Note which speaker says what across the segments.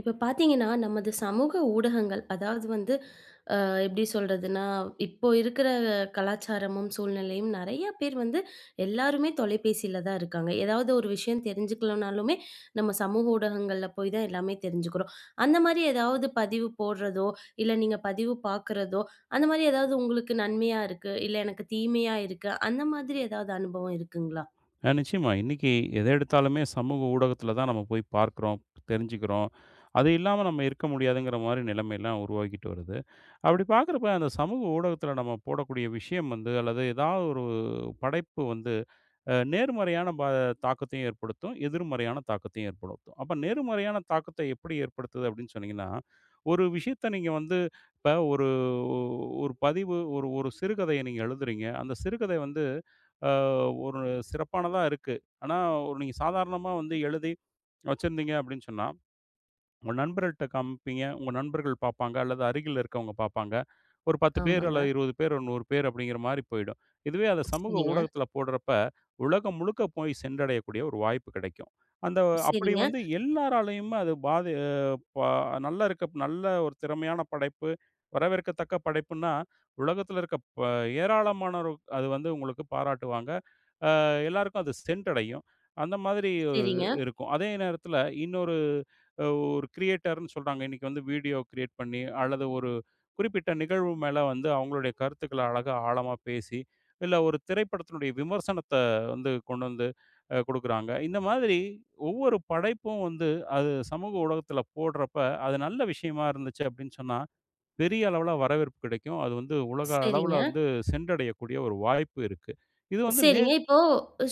Speaker 1: இப்ப பார்த்தீங்கன்னா, நமது சமூக ஊடகங்கள், அதாவது வந்து அ எப்படி சொல்றதுன்னா, இப்போ இருக்கிற கலாச்சாரமும், சூழ்நிலையும் நெறைய பேர் வந்து எல்லாருமே தொலைபேசியில தான் இருக்காங்க. ஏதாவது ஒரு விஷயம் தெரிஞ்சுக்கலனாலுமே, நம்ம சமூக ஊடகங்கள்ல போய் தான் எல்லாமே தெரிஞ்சுக்கிறோம். அந்த மாரி ஏதாவது பதிவு போடுறதோ, இல்ல நீங்க பதிவு பார்க்குறதோ, அந்த மாரி ஏதாவது உங்களுக்கு நன்மையா இருக்கு, இல்ல எனக்கு தீமையா இருக்கு, அந்த மாதிரி ஏதாவது அனுபவம் இருக்குங்களா?
Speaker 2: ஆ, நிச்சயமா. இன்னைக்கு எத எடுத்தாலுமே சமூக ஊடகத்தில தான் நம்ம போய் பார்க்கிறோம், தெரிஞ்சுக்கிறோம். அது இல்லாம நம்ம இருக்க முடியாதுங்கிற மாரி நிலைமைலாம் உருவாகிட்டு வருது. அப்படி பார்க்குறப்ப அந்த சமூக ஊடகத்தில நம்ம போடக்கூடிய விஷயம் வந்து அல்லது ஏதாவது ஒரு படைப்பு வந்து நேர்மறையான தாக்கத்தையும் ஏற்படுத்தும், எதிர்மறையான தாக்கத்தையும் ஏற்படுத்தும். அப்ப நேர்மறையான தாக்கத்தை எப்படி ஏற்படுத்துது அப்படின்னு சொன்னீங்கன்னா, ஒரு விஷயத்த நீங்க வந்து இப்ப ஒரு ஒரு பதிவு ஒரு ஒரு சிறுகதைய நீங்க எழுதுறீங்க. அந்த சிறுகதை வந்து அ ஒரு சிறப்பானதா இருக்கு. ஆனா, ஒரு நீங்க சாதாரணமா வந்து எழுதி வச்சிருந்தீங்க அப்படின்னு சொன்னா, உங்க நண்பர்கள்ட்ட காமிப்பீங்க. உங்க நண்பர்கள் பார்ப்பாங்க, அல்லது அருகில் இருக்கவங்க பார்ப்பாங்க. ஒரு 10 பேர்
Speaker 1: ஆமாங்க.
Speaker 2: அல்லது 20 பேர், ஒரு 100 பேர் அப்படிங்கிற மாரி போயிடும். இதுவே அத சமூக
Speaker 1: சரிங்க,
Speaker 2: ஊடகத்தில போடுறப்ப, உலகம் முழுக்க போய் சென்றடையக்கூடிய ஒரு வாய்ப்பு கிடைக்கும். அந்த அப்படி
Speaker 1: சரிங்க,
Speaker 2: வந்து எல்லாராலயுமே அது பாதி பா நல்லா இருக்க நல்ல ஒரு திறமையான படைப்பு, வரவேற்கத்தக்க படைப்புன்னா, உலகத்தில இருக்க ஏராளமானோர் அது வந்து உங்களுக்கு பாராட்டுவாங்க. எல்லாருக்கும் அது சென்றடையும். அந்த மாதிரி
Speaker 1: சரிங்க,
Speaker 2: இருக்கும். அதே நேரத்தில இன்னொரு அ ஒரு கிரியேட்டர்ன்னு சொல்றாங்க. இன்னைக்கு வந்து வீடியோ கிரியேட் பண்ணி, அல்லது ஒரு குறிப்பிட்ட நிகழ்வு மேல வந்து அவங்களுடைய கருத்துக்கள அழகா ஆழமா பேசி, இல்ல ஒரு திரைப்படத்தினுடைய விமர்சனத்த வந்து கொண்டு வந்து குடுக்குறாங்க. இந்த மாதிரி ஒவ்வொரு படைப்பும் வந்து அது சமூக ஊடகத்தில போடுறப்ப, அது நல்ல விஷயமா இருந்துச்சு அப்படின்னு சொன்னா, பெரிய அளவுல வரவேற்பு கிடைக்கும். அது வந்து உலக அளவுல
Speaker 1: சரிங்க.
Speaker 2: வந்து சென்றடையக்கூடிய ஒரு வாய்ப்பு இருக்கு. இது வந்து
Speaker 1: சரிங்க. இப்போ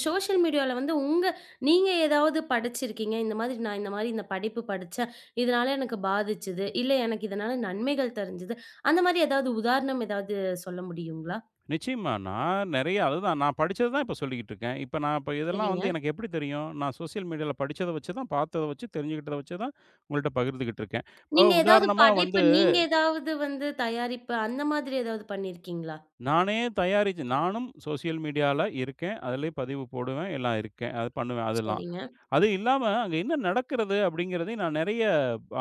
Speaker 1: சோஷியல் மீடியால வந்து உங்க நீங்க ஏதாவது படிச்சிருக்கீங்க. இந்த மாதிரி நான் இந்த மாதிரி இந்த படிப்பு படிச்சேன். இதனால எனக்கு பாதிச்சது. இல்ல எனக்கு இதனால நன்மைகள் தெரிஞ்சது. அந்த மாதிரி ஏதாவது உதாரணம் ஏதாவது சொல்ல முடியுங்களா?
Speaker 2: நிச்சயமா. நான் நெறைய அதுதான் நான் படிச்சது தான் இப்ப சொல்லிக்கிட்டு இருக்கேன். இப்ப நான் இப்ப இதெல்லாம்
Speaker 1: சரிங்க.
Speaker 2: வந்து எனக்கு எப்படி தெரியும்? நான் சோசியல் மீடியால படிச்சத வச்சு தான், பார்த்தத வச்சு, தெரிஞ்சுக்கிட்டத வச்சு தான் உங்கள்ட்ட பகிர்ந்துகிட்டு இருக்கேன். இப்போ
Speaker 1: நீங்க ஏதாவது
Speaker 2: உதாரணமா
Speaker 1: படைப்பு
Speaker 2: வந்து
Speaker 1: நீங்க ஏதாவது வந்து தயாரிப்பு அந்த மாதிரி ஏதாவது பண்ணியிருக்கீங்களா?
Speaker 2: நானே தயாரிச்சு நானும் சோசியல் மீடியால இருக்கேன். அதிலயே பதிவு போடுவேன். எல்லாம் இருக்கேன். அது பண்ணுவேன் அதெல்லாம்.
Speaker 1: சரிங்க,
Speaker 2: அது இல்லாம, அங்க என்ன நடக்கிறது அப்படிங்கிறதையும் நான் நெறைய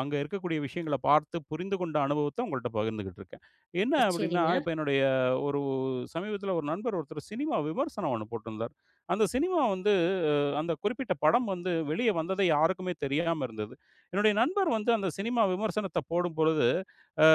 Speaker 2: அங்க இருக்கக்கூடிய விஷயங்கள பார்த்து புரிந்து கொண்ட அனுபவத்த உங்கள்ட்ட பகிர்ந்துகிட்டு இருக்கேன். என்ன அப்படின்னா,
Speaker 1: சரிங்க,
Speaker 2: இப்ப என்னுடைய ஒரு சமீபத்தில ஒரு நண்பர் ஒருத்தர் சினிமா விமர்சனம் ஒண்ணு போட்டிருந்தார். அந்த சினிமா வந்து அ அந்த குறிப்பிட்ட படம் வந்து வெளிய வந்ததே யாருக்குமே தெரியாம இருந்தது. என்னுடைய நண்பர் வந்து அந்த சினிமா விமர்சனத்த போடும்பொழுது, அ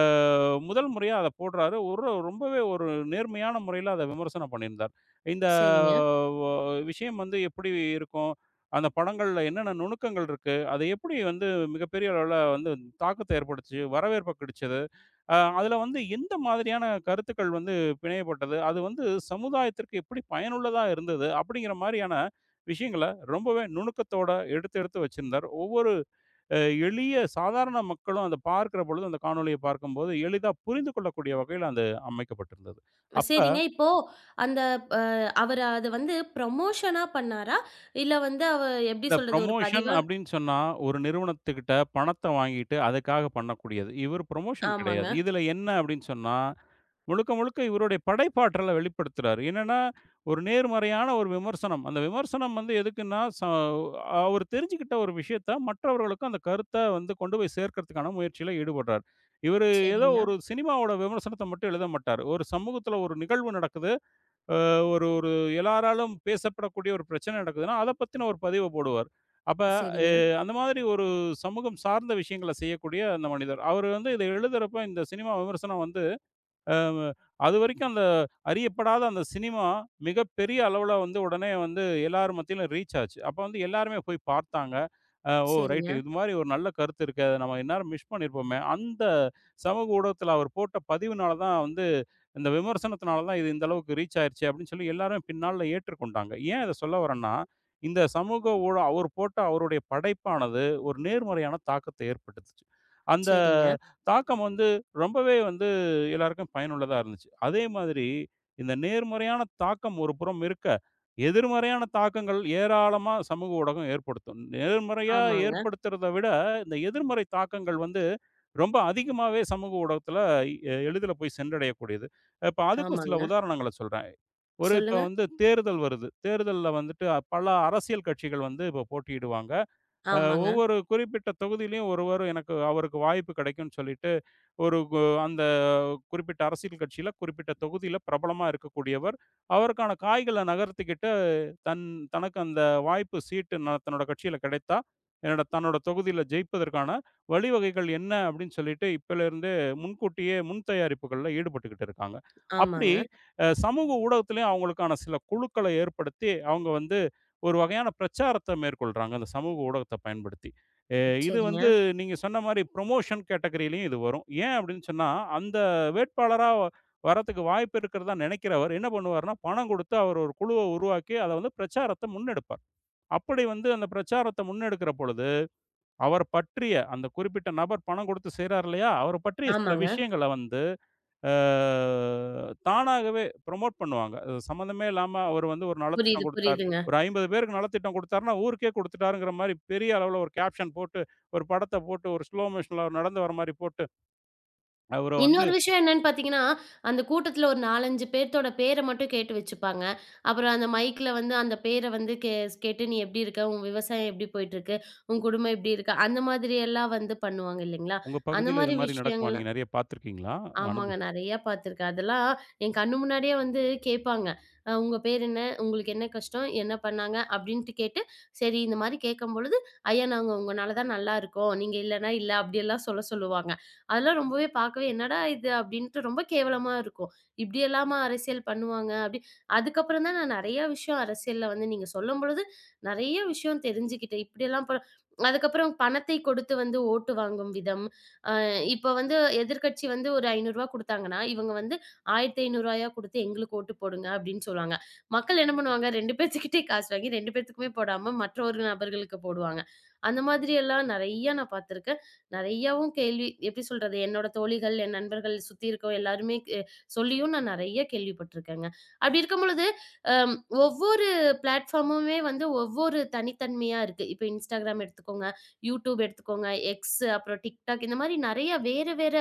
Speaker 2: முதல் முறையா அத போடுறாரு. ஒரு ரொம்பவே ஒரு நேர்மையான முறையில அத விமர்சனம் பண்ணியிருந்தார். இந்த
Speaker 1: சரிங்க,
Speaker 2: வ விஷயம் வந்து எப்படி இருக்கும்? அந்த படங்கள்ல என்னென்ன நுணுக்கங்கள் இருக்கு? அது எப்படி வந்து மிகப்பெரிய அளவுல வந்து தாக்கத்த ஏற்படுத்துச்சு? வரவேற்ப கிடைச்சது? அதுல வந்து எந்த மாதிரியான கருத்துக்கள் வந்து பிணையப்பட்டது? அது வந்து சமுதாயத்திற்கு எப்படி பயனுள்ளதா இருந்தது? அப்படிங்கிற மாரியான விஷயங்கள ரொம்பவே நுணுக்கத்தோட எடுத்து, எடுத்து வச்சிருந்தார். ஒவ்வொரு அ எளிய சாதாரண மக்களும் அத பார்க்கிற பொழுது, அந்த காணொளிய பார்க்கும்போது எளிதா புரிந்து கொள்ளக்கூடிய வகையில அது அமைக்கப்பட்டிருந்தது. அப்ப
Speaker 1: சரிங்க. இப்போ அந்த அ அவரு அத வந்து ப்ரமோஷனா பண்ணாரா? இல்ல வந்து அவ எப்படி
Speaker 2: இல்ல
Speaker 1: சொல்றது ஒரு
Speaker 2: ப்ரமோஷன்
Speaker 1: பதிவா?
Speaker 2: அப்படின்னு சொன்னா, ஒரு நிறுவனத்துக்கிட்ட பணத்த வாங்கிட்டு அதுக்காக பண்ணக்கூடியது. இவர் ப்ரமோஷன்
Speaker 1: ஆமாங்க.
Speaker 2: கிடையாது. இதுல என்ன அப்படின்னு சொன்னா, முழுக்க முழுக்க இவருடைய படைப்பாற்றல வெளிப்படுத்துறாரு. என்னன்னா, ஒரு நேர்மறையான ஒரு விமர்சனம். அந்த விமர்சனம் வந்து எதுக்குன்னா, அவர் தெரிஞ்சுக்கிட்ட ஒரு விஷயத்த மற்றவர்களுக்கும் அந்த கருத்த வந்து கொண்டு போய் சேர்க்கறதுக்கான முயற்சியில ஈடுபடுறார். இவரு ஏதோ
Speaker 1: சரிங்க,
Speaker 2: ஒரு சினிமாவோட விமர்சனத்த மட்டும் எழுத மாட்டாரு. ஒரு சமூகத்துல ஒரு நிகழ்வு நடக்குது. ஒரு ஒரு எல்லாராலும் பேசப்படக்கூடிய ஒரு பிரச்சனை நடக்குதுன்னா, அத பத்தின ஒரு பதிவ போடுவார். அப்ப எ
Speaker 1: சரிங்க.
Speaker 2: அந்த மாதிரி ஒரு சமூகம் சார்ந்த விஷயங்கள செய்யக்கூடிய அந்த மனிதர். அவரு வந்து இத எழுதுறப்ப இந்த சினிமா விமர்சனம் வந்து அம் அது வரைக்கும் அந்த அறியப்படாத அந்த சினிமா மிகப்பெரிய அளவுல வந்து உடனே வந்து எல்லார் மத்தியிலும் ரீச் ஆச்சு. அப்ப வந்து எல்லாருமே போய் பார்த்தாங்க. ஓ! ரைட்,
Speaker 1: சரிங்க,
Speaker 2: இது மாரி ஒரு நல்ல கருத்து இருக்கே. அத நம்ம இந்நேரம் மிஸ் பண்ணியிருப்போமே. அந்த சமூக ஊடகத்தில அவர் போட்ட பதிவுனால தான் வந்து இந்த விமர்சனத்தினால தான் இது இந்த அளவுக்கு ரீச் ஆயிருச்சே அப்படின்னு சொல்லி எல்லாரும் பின்னால ஏற்றுக்கொண்டாங்க. ஏன் இத சொல்ல வரேன்னா, இந்த சமூக ஊட அவர் போட்ட அவருடைய படைப்பானது ஒரு நேர்மறையான தாக்கத்த ஏற்படுத்துச்சு. அந்த
Speaker 1: சரிங்க.
Speaker 2: தாக்கம் வந்து ரொம்பவே வந்து எல்லாருக்கும் பயனுள்ளதா இருந்துச்சு. அதே மாதிரி இந்த நேர்மறையான தாக்கம் ஒரு புறம் இருக்க, எதிர்மறையான தாக்கங்கள் ஏராளமா சமூக ஊடகம் ஏற்படுத்தும். நேர்மறையா
Speaker 1: ஆமாங்க,
Speaker 2: ஏற்படுத்துறத விட, இந்த எதிர்மறை தாக்கங்கள் வந்து ரொம்ப அதிகமாவே சமூக ஊடகத்தில எளிதில போய் சென்றடையக்கூடியது. இப்ப அதுக்கும் சில
Speaker 1: ஆமாங்க.
Speaker 2: உதாரணங்கள சொல்றேன். ஒரு இப்ப
Speaker 1: சொல்லுங்க.
Speaker 2: வந்து தேர்தல் வருது. தேர்தல்ல வந்துட்டு பல அரசியல் கட்சிகள் வந்து இப்ப போட்டியிடுவாங்க. அ
Speaker 1: ஆமாங்க,
Speaker 2: ஒவ்வொரு குறிப்பிட்ட தொகுதியிலயும் ஒருவர் எனக்கு அவருக்கு வாய்ப்பு கிடைக்கும்னு சொல்லிட்டு ஒரு கு அந்த குறிப்பிட்ட அரசியல் கட்சியில, குறிப்பிட்ட தொகுதியில பிரபலமா இருக்கக்கூடியவர். அவருக்கான காய்கள நகர்த்திக்கிட்டு தன் தனக்கு அந்த வாய்ப்பு சீட்டு நான் தன்னோட கட்சியில கிடைத்தா, தன்னோட தொகுதியில ஜெயிப்பதற்கான வழிவகைகள் என்ன அப்படின்னு சொல்லிட்டு இப்பலேருந்தே முன்கூட்டியே முன் தயாரிப்புகள்ல ஈடுபட்டுக்கிட்டு இருக்காங்க. அப்படி
Speaker 1: ஆமாங்க.
Speaker 2: சமூக ஊடகத்திலயும் அவங்களுக்கான சில குழுக்கள ஏற்படுத்தி, அவங்க வந்து ஒரு வகையான பிரச்சாரத்த மேற்கொள்றாங்க, அந்த சமூக ஊடகத்த பயன்படுத்தி. எ இது
Speaker 1: சரிங்க.
Speaker 2: வந்து நீங்க சொன்ன மாரி ப்ரமோஷன் கேட்டகரிலயும் இது வரும். ஏன் அப்படின்னு சொன்னா, அந்த வேட்பாளரா வரத்துக்கு வாய்ப்பு இருக்கிறதா நினைக்கிற அவர் என்ன பண்ணுவார்ன்னா, பணம் குடுத்து அவர் ஒரு குழுவ உருவாக்கி, அத வந்து பிரச்சாரத்த முன்னெடுப்பார். அப்படி வந்து அந்த பிரச்சாரத்த முன்னெடுக்கிற பொழுது, அவர் பற்றிய அந்த குறிப்பிட்ட நபர் பணம் குடுத்து செய்றார் இல்லையா? அவர பற்றிய சில
Speaker 1: ஆமாங்க.
Speaker 2: விஷயங்கள வந்து அ தானாகவே புரமோட் பண்ணுவாங்க. அது சம்மந்தமே இல்லாம அவர் வந்து ஒரு நலத்திட்டம்
Speaker 1: புரியுது,
Speaker 2: குடுத்தார்.
Speaker 1: புரியுதுங்க.
Speaker 2: ஒரு 50 பேருக்கு நலத்திட்டம் குடுத்தாருன்னா, ஊருக்கே குடுத்துட்டாருங்கிற மாரி பெரிய அளவுல ஒரு கேப்ஷன் போட்டு, ஒரு படத்த போட்டு, ஒரு ஸ்லோ மோஷன்ல அவர் நடந்து வர மாரி போட்டு, அவர வந்து
Speaker 1: இன்னொரு விஷயம் என்னன்னு பார்த்தீங்கன்னா, அந்த கூட்டத்துல ஒரு 4, 5 பேத்தோட பேர மட்டும் கேட்டு வச்சுப்பாங்க. அப்புறம் அந்த மைக்ல வந்து அந்த பேர வந்து கேட்டு "நீ எப்படி இருக்க? உன் விவசாயம் எப்படி போயிட்டுருக்கு? உன் குடும்பம் எப்படி இருக்கு?" அந்த மாதிரியெல்லாம் வந்து பண்ணுவாங்க இல்லைங்களா?
Speaker 2: உங்க
Speaker 1: அந்த
Speaker 2: பகுதியில இது
Speaker 1: மாரி
Speaker 2: மாரி நடக்குமா?
Speaker 1: விஷயங்கள்
Speaker 2: நீங்க நெறைய பார்த்திருக்கீங்களா?
Speaker 1: ஆமாங்க.
Speaker 2: அனுபவம்
Speaker 1: நெறையா பார்த்துருக்கேன். அதெல்லாம் என் கண்ணு முன்னாடியே வந்து கேட்பாங்க. "உங்க பேர் என்ன? உங்களுக்கு என்ன கஷ்டம்? என்ன பண்ணாங்க?" அப்படின்ட்டு கேட்டு, சரி இந்த மாரி கேட்கும்பொழுது, "ஐயா நாங்க உங்கனால தான் நல்லா இருக்கோம். நீங்க இல்லன்னா இல்ல." அப்படியெல்லாம் சொல்ல சொல்லுவாங்க. அதெல்லாம் ரொம்பவே பார்க்கவே, "என்னடா இது?" அப்படின்ட்டு ரொம்ப கேவலமா இருக்கும். "இப்படியெல்லாமா அரசியல் பண்ணுவாங்க?" அப்படி அதுக்கப்புறம் தான் நான் நெறைய விஷயம் அரசியல்ல வந்து நீங்க சொல்லும்பொழுது, நெறைய விஷயம் தெரிஞ்சுக்கிட்டேன். இப்படியெல்லாம் அதுக்கப்புறம் பணத்தை கொடுத்து வந்து ஓட்டு வாங்கும் விதம், இப்ப வந்து எதிர்க்கட்சி வந்து ஒரு ரூ. 500 குடுத்தாங்கன்னா, இவங்க வந்து ரூ. 1500 குடுத்து எங்களுக்கு ஓட்டு போடுங்க அப்படின்னு சொல்லுவாங்க. மக்கள் என்ன பண்ணுவாங்க 2 பேத்துக்கிட்டயே காசு வாங்கி 2 பேத்துக்குமே போடாம மற்ற ஒரு நபர்களுக்கு போடுவாங்க. அந்த மாதிரி எல்லாம் நெறைய நான் பார்த்துருக்கேன். நெறையாவும் கேள்வி எப்படி சொல்றது? என்னோட தோழிகள், என் நண்பர்கள் சுத்தி இருக்கவங்க எல்லாருமே சொல்லியும் நான் நெறைய கேள்விப்பட்டுருக்கேங்க. அப்படி இருக்கும் பொழுது அம் ஒவ்வொரு பிளாட்ஃபார்முமே வந்து ஒவ்வொரு தனித்தன்மையா இருக்கு. இப்ப Instagram எடுத்துக்கோங்க. யூடியூப் எடுத்துக்கோங்க, எக்ஸ் அப்புறம் TikTok இந்த மாரி நெறைய வேற வேற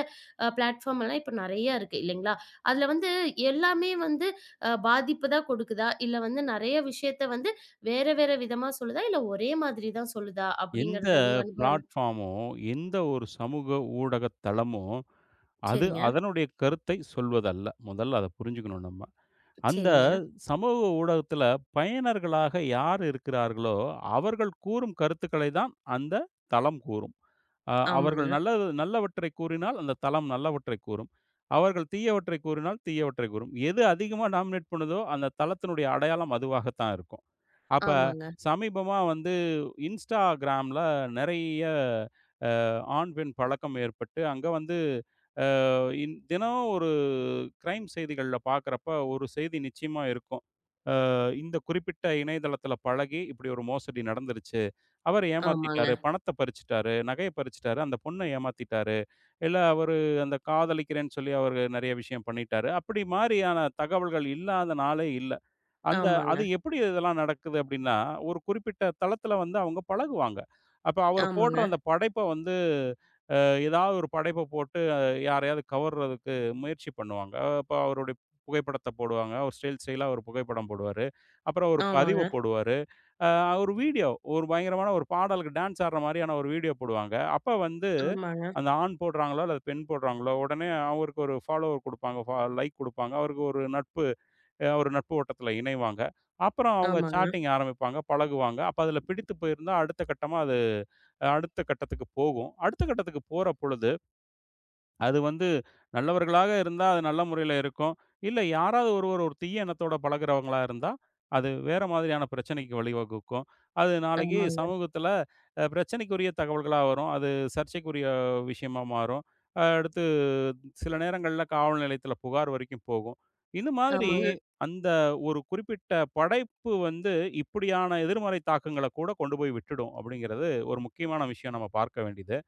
Speaker 1: பிளாட்ஃபார்ம் எல்லாம் இப்ப நெறைய இருக்கு இல்லைங்களா? அதுல வந்து எல்லாமே வந்து பாதிப்பு தான் கொடுக்குதா? இல்ல வந்து நெறைய விஷயத்த வந்து வேற வேற விதமா சொல்லுதா? இல்ல ஒரே மாதிரி தான் சொல்லுதா?
Speaker 2: எந்த
Speaker 1: அப்படிங்கிறது உங்க அனுபவம் என்ன?
Speaker 2: பிளாட்ஃபார்மோ, எந்த ஒரு சமூக ஊடக தளமோ, அது
Speaker 1: சரிங்க,
Speaker 2: அதனுடைய கருத்தை சொல்வதல்ல. முதல்ல அத புரிஞ்சுக்கணும் நம்ம. அந்த
Speaker 1: சரிங்க.
Speaker 2: சமூக ஊடகத்தில பயனர்களாக யார் இருக்கிறார்களோ, அவர்கள் கூறும் கருத்துக்களை தான் அந்த தளம் கூறும். அவர்கள்
Speaker 1: ஆமாங்க,
Speaker 2: நல்லது நல்லவற்றை கூறினால், அந்த தளம் நல்லவற்றை கூறும். அவர்கள் தீயவற்றை கூறினால், தீயவற்றை கூறும். எது அதிகமா டாமினேட் பண்ணுதோ, அந்த தளத்தினுடைய அடையாளம் அதுவாகத்தான் இருக்கும். அப்ப
Speaker 1: ஆமாங்க,
Speaker 2: சமீபமா வந்து Instagramல நிறைய ஆண், பெண் பழக்கம் ஏற்பட்டு, அங்க வந்து இன் தினம் ஒரு கிரைம் செய்திகள்ல பார்க்குறப்ப, ஒரு செய்தி நிச்சயமா இருக்கும். இந்த குறிப்பிட்ட இணையதளத்தில பழகி, இப்படி ஒரு மோசடி நடந்துருச்சு. அவர்
Speaker 1: ஆமாங்க,
Speaker 2: ஏமாத்திட்டாரு, பணத்த பறிச்சுட்டாரு, நகைய பறிச்சுட்டாரு, அந்த பொண்ண ஏமாத்திட்டாரு, இல்ல அவரு அந்த காதலிக்கிறேன்னு சொல்லி அவரு நெறைய விஷயம் பண்ணிட்டாரு. அப்படி மாரியான தகவல்கள் இல்லாத நாளே இல்ல. அந்த அது
Speaker 1: ஆமாங்க,
Speaker 2: எப்படி இதெல்லாம் நடக்குது அப்படின்னா, ஒரு குறிப்பிட்ட தளத்தில வந்து அவங்க பழகுவாங்க. அப்ப அவர்
Speaker 1: ஆமாங்க,
Speaker 2: போடுற அந்த படைப்ப வந்து ஏதாவது ஒரு படைப்ப போட்டு யாரையாவது கவர்றதுக்கு முயற்சி பண்ணுவாங்க. அப்ப அவருடைய புகைப்படத்த போடுவாங்க. ஒரு ஸ்டைல் ஸ்டைலா ஒரு புகைப்படம் போடுவாரு. அப்புறம் ஒரு பதிவ
Speaker 1: ஆமாங்க,
Speaker 2: போடுவாரு. ஒரு வீடியோ ஒரு பயங்கரமான ஒரு பாடலுக்கு டான்ஸ் ஆடுற மாரியான ஒரு வீடியோ போடுவாங்க. அப்ப வந்து
Speaker 1: ஆமாங்க,
Speaker 2: அந்த ஆண் போடுறாங்களோ அல்லது பெண் போடுறாங்களோ, உடனே அவருக்கு ஒரு ஃபாலோவர் குடுப்பாங்க. லைக் குடுப்பாங்க. அவருக்கு ஒரு நட்பு வட்டத்துல இணைவாங்க. அப்புறம் அவங்க
Speaker 1: ஆமாங்க,
Speaker 2: சாட்டிங் ஆரம்பிப்பாங்க, பழகுவாங்க. அப்ப அதுல பிடித்து போயிருந்தா அடுத்த கட்டமா அது அடுத்த கட்டத்துக்கு போகும். அடுத்த கட்டத்துக்கு போற பொழுது அது வந்து நல்லவர்களாக இருந்தா, அது நல்ல முறையில இருக்கும். இல்ல யாராவது ஒருவர் ஒரு தீய எண்ணத்தோட பழகுறவங்களா இருந்தா, அது வேற மாதிரியான பிரச்சனைக்கு வழிவகுக்கும். அது நாளைக்கு
Speaker 1: ஆமாங்க,
Speaker 2: சமூகத்தில பிரச்சனைக்குரிய தகவல்களா வரும். அது சர்ச்சைக்குரிய விஷயமா மாறும். அடுத்து சில நேரங்கள்ல காவல் நிலையத்தில புகார் வரைக்கும் போகும். இந்த மாதிரி
Speaker 1: ஆமாங்க.
Speaker 2: அந்த ஒரு குறிப்பிட்ட படைப்பு வந்து இப்படியான எதிர்மறை தாக்கங்கள கூட கொண்டு போய் விட்டுடும். அப்படிங்கிறது ஒரு முக்கியமான விஷயம் நம்ம பார்க்க வேண்டியது.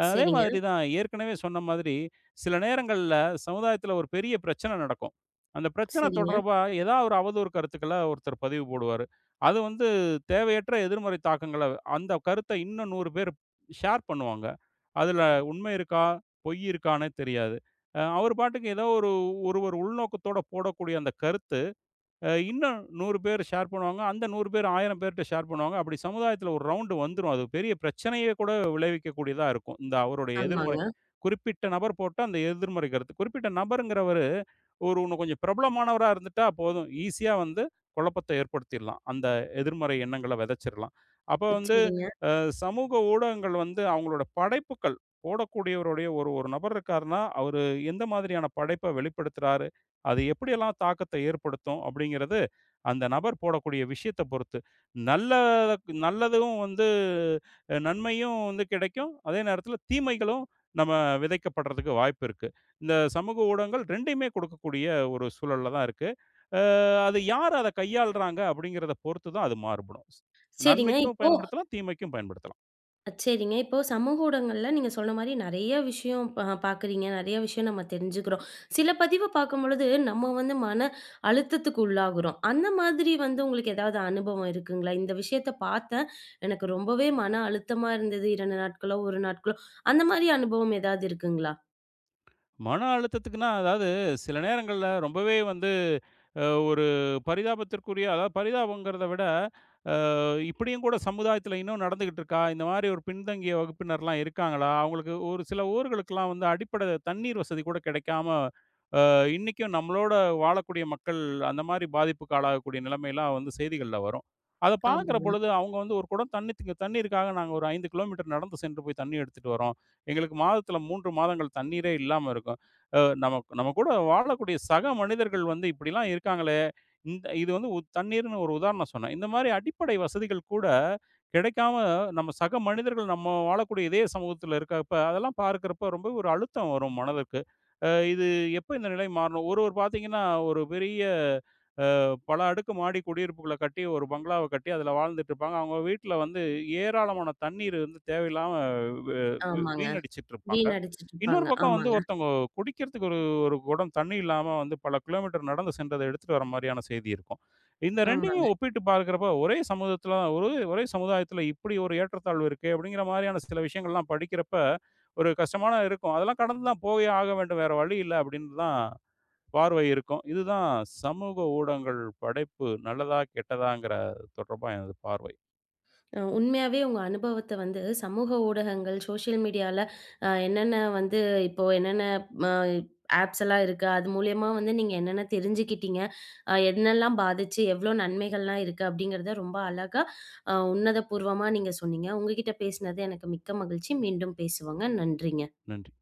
Speaker 2: அதே
Speaker 1: சரிங்க,
Speaker 2: மாதிரி தான் ஏற்கனவே சொன்ன மாதிரி, சில நேரங்கள்ல சமுதாயத்தில ஒரு பெரிய பிரச்சனை நடக்கும். அந்த பிரச்சனை
Speaker 1: சரிங்க,
Speaker 2: தொடர்பா ஏதாவது ஒரு அவதூறு கருத்துக்கள ஒருத்தர் பதிவு போடுவாரு. அது வந்து தேவையற்ற எதிர்மறை தாக்கங்கள அந்த கருத்த இன்னும் 100 பேர் ஷேர் பண்ணுவாங்க. அதில உண்மை இருக்கா? பொய் இருக்கான்னே தெரியாது. அவர் பாட்டுக்கு ஏதோ ஒரு ஒருவர் உள்நோக்கத்தோட போடக்கூடிய அந்த கருத்து இன்னும் 100 பேர் ஷேர் பண்ணுவாங்க. அந்த 100 பேர் 1000 பேர்ட்ட ஷேர் பண்ணுவாங்க. அப்படி சமுதாயத்தில ஒரு ரவுண்டு வந்துரும். அது பெரிய பிரச்சனையே கூட விளைவிக்கக்கூடியதா இருக்கும். இந்த அவருடைய எதிர்மறை
Speaker 1: ஆமாங்க,
Speaker 2: குறிப்பிட்ட நபர் போட்ட அந்த எதிர்மறை கருத்து. குறிப்பிட்ட நபருங்கிறவரு ஒரு இன்னும் கொஞ்சம் பிரபலமானவரா இருந்துட்டா போதும். ஈஸியா வந்து குழப்பத்த ஏற்படுத்திடலாம். அந்த எதிர்மறை எண்ணங்கள விதைச்சிரலாம். அப்ப வந்து
Speaker 1: சரிங்க,
Speaker 2: சமூக ஊடகங்கள் வந்து அவங்களோட படைப்புக்கள் போடக்கூடியவருடைய ஒரு ஒரு நபர் இருக்காருன்னா, அவரு எந்த மாதிரியான படைப்ப வெளிப்படுத்துறாரு? அது எப்படியெல்லாம் தாக்கத்த ஏற்படுத்தும்? அப்படிங்கிறது அந்த நபர் போடக்கூடிய விஷயத்த பொறுத்து. நல்ல நல்லதும் வந்து நன்மையும் வந்து கிடைக்கும். அதே நேரத்தில தீமைகளும் நம்ம விதைக்கப்படுறதுக்கு வாய்ப்பு இருக்கு. இந்த சமூக ஊடகங்கள் 2யுமே கொடுக்கக்கூடிய ஒரு சூழல்ல தான் இருக்கு. அ அது யார் அத கையாளுறாங்க அப்படிங்கிறத பொறுத்து தான் அது மாறுபடும்.
Speaker 1: சரிங்க.
Speaker 2: நன்மைக்கும்
Speaker 1: இப்போ
Speaker 2: பயன்படுத்தலாம், தீமைக்கும் பயன்படுத்தலாம்.
Speaker 1: சரிங்க. இப்போ சமூக ஊடகங்கள்ல நீங்க சொன்ன மாரி நெறைய விஷயம் பார்க்குறீங்க. நெறைய விஷயம் நம்ம தெரிஞ்சுக்கிறோம். சில பதிவ பார்க்கும்பொழுது நம்ம வந்து மன அழுத்தத்துக்கு உள்ளாகுறோம். அந்த மாதிரி வந்து உங்களுக்கு ஏதாவது அனுபவம் இருக்குங்களா? இந்த விஷயத்த பார்த்தேன். எனக்கு ரொம்பவே மன அழுத்தமா இருந்தது. 2 நாட்களோ, 1 நாட்களோ அந்த மாரி அனுபவம் ஏதாவது இருக்குங்களா?
Speaker 2: மன அழுத்தத்துக்குன்னா, அதாவது சில நேரங்கள்ல ரொம்பவே வந்து ஒரு பரிதாபத்திற்குரிய அதாவது பரிதாபங்கிறத விட, இப்படியும் கூட சமுதாயத்தில இன்னும் நடந்துகிட்டு இருக்கா? இந்த மாரி ஒரு பின்தங்கிய வகுப்பினர்லாம் இருக்காங்களா? அவங்களுக்கு ஒரு சில ஊர்களுக்குலாம் வந்து அடிப்படை தண்ணீர் வசதி கூட கிடைக்காம இன்னைக்கும் நம்மளோட வாழக்கூடிய மக்கள் அந்த மாதிரி பாதிப்புக்கு ஆளாகக்கூடிய நிலைமைலாம் வந்து செய்திகள்ல வரும். அத பார்க்கிற
Speaker 1: ஆமாங்க,
Speaker 2: பொழுது அவங்க வந்து ஒரு குடம் தண்ணித்துக்கு தண்ணீருக்காக நாங்க ஒரு 5 கிலோமீட்டர் நடந்து சென்று போய் தண்ணி எடுத்துட்டு வரோம். எங்களுக்கு மாதத்துல 3 மாதங்கள் தண்ணீரே இல்லாம இருக்கும். நம்ம நம்ம கூட வாழக்கூடிய சக மனிதர்கள் வந்து இப்படிலாம் இருக்காங்களே! இந்த இது வந்து தண்ணீர்ன்னு ஒரு உதாரணம் சொன்னேன். இந்த மாதிரி அடிப்படை வசதிகள் கூட கிடைக்காம நம்ம சக மனிதர்கள் நம்ம வாழக்கூடிய இதே சமூகத்துல இருக்கிறப்ப, அதெல்லாம் பார்க்கிறப்ப ரொம்ப ஒரு அழுத்தம் வரும் மனதுக்கு. இது எப்ப இந்த நிலை மாறணும்? ஒருவர் பார்த்தீங்கன்னா, ஒரு பெரிய பல அடுக்கு மாடி குடியிருப்புகள கட்டி, ஒரு பங்களாவ கட்டி அதுல வாழ்ந்துட்டுருப்பாங்க. அவங்க வீட்ல வந்து ஏராளமான தண்ணீர் வந்து தேவையில்லாம வ வீ
Speaker 1: ஆமாங்க.
Speaker 2: வீணடிச்சிட்டுருப்பாங்க.
Speaker 1: வீணடிச்சுட்டு
Speaker 2: இன்னொரு
Speaker 1: இருப்பாங்க.
Speaker 2: பக்கம் வந்து
Speaker 1: ஆமாங்க,
Speaker 2: ஒருத்தவங்க குடிக்கிறதுக்கு ஒரு ஒரு குடம் தண்ணி இல்லாம வந்து பல கிலோமீட்டர் நடந்து சென்றத எடுத்துட்டு வர மாரியான செய்தி இருக்கும். இந்த 2யுமே
Speaker 1: ஆமாங்க.
Speaker 2: ஒப்பிட்டு பார்க்கிறப்ப ஒரே சமூகத்துல ஒரே சமுதாயத்துல இப்படி ஒரு ஏற்றத்தாழ்வு இருக்கே! அப்படிங்கிற மாரியான சில விஷயங்கள்லாம் படிக்கிறப்ப, ஒரு கஷ்டமான இருக்கும். அதெல்லாம் கடந்து தான் போயே ஆக வேண்டும். வேற வழி இல்ல அப்படின்னு தான் பார்வை இருக்கும். இதுதான் சமூக ஊடகங்கள் படைப்பு நல்லதா, கெட்டதாங்கிற தொடர்பா எனது பார்வை.
Speaker 1: உண்மையாவே உங்க அனுபவத்த வந்து சமூக ஊடகங்கள், சோசியல் மீடியால என்னென்ன வந்து இப்போ என்னென்ன ம ஆப்ஸ் எல்லாம் இருக்கு. அது மூலியமா வந்து நீங்க என்னென்ன தெரிஞ்சுக்கிட்டீங்க? என்னெல்லாம் பாதிச்சு, எவ்ளோ நன்மைகள்லாம் இருக்கு அப்படிங்கிறத ரொம்ப அழகா உன்னதபூர்வமா நீங்க சொன்னீங்க. உங்ககிட்ட பேசினது எனக்கு மிக்க மகிழ்ச்சி. மீண்டும் பேசுவோங்க. நன்றிங்க.
Speaker 2: நன்றி.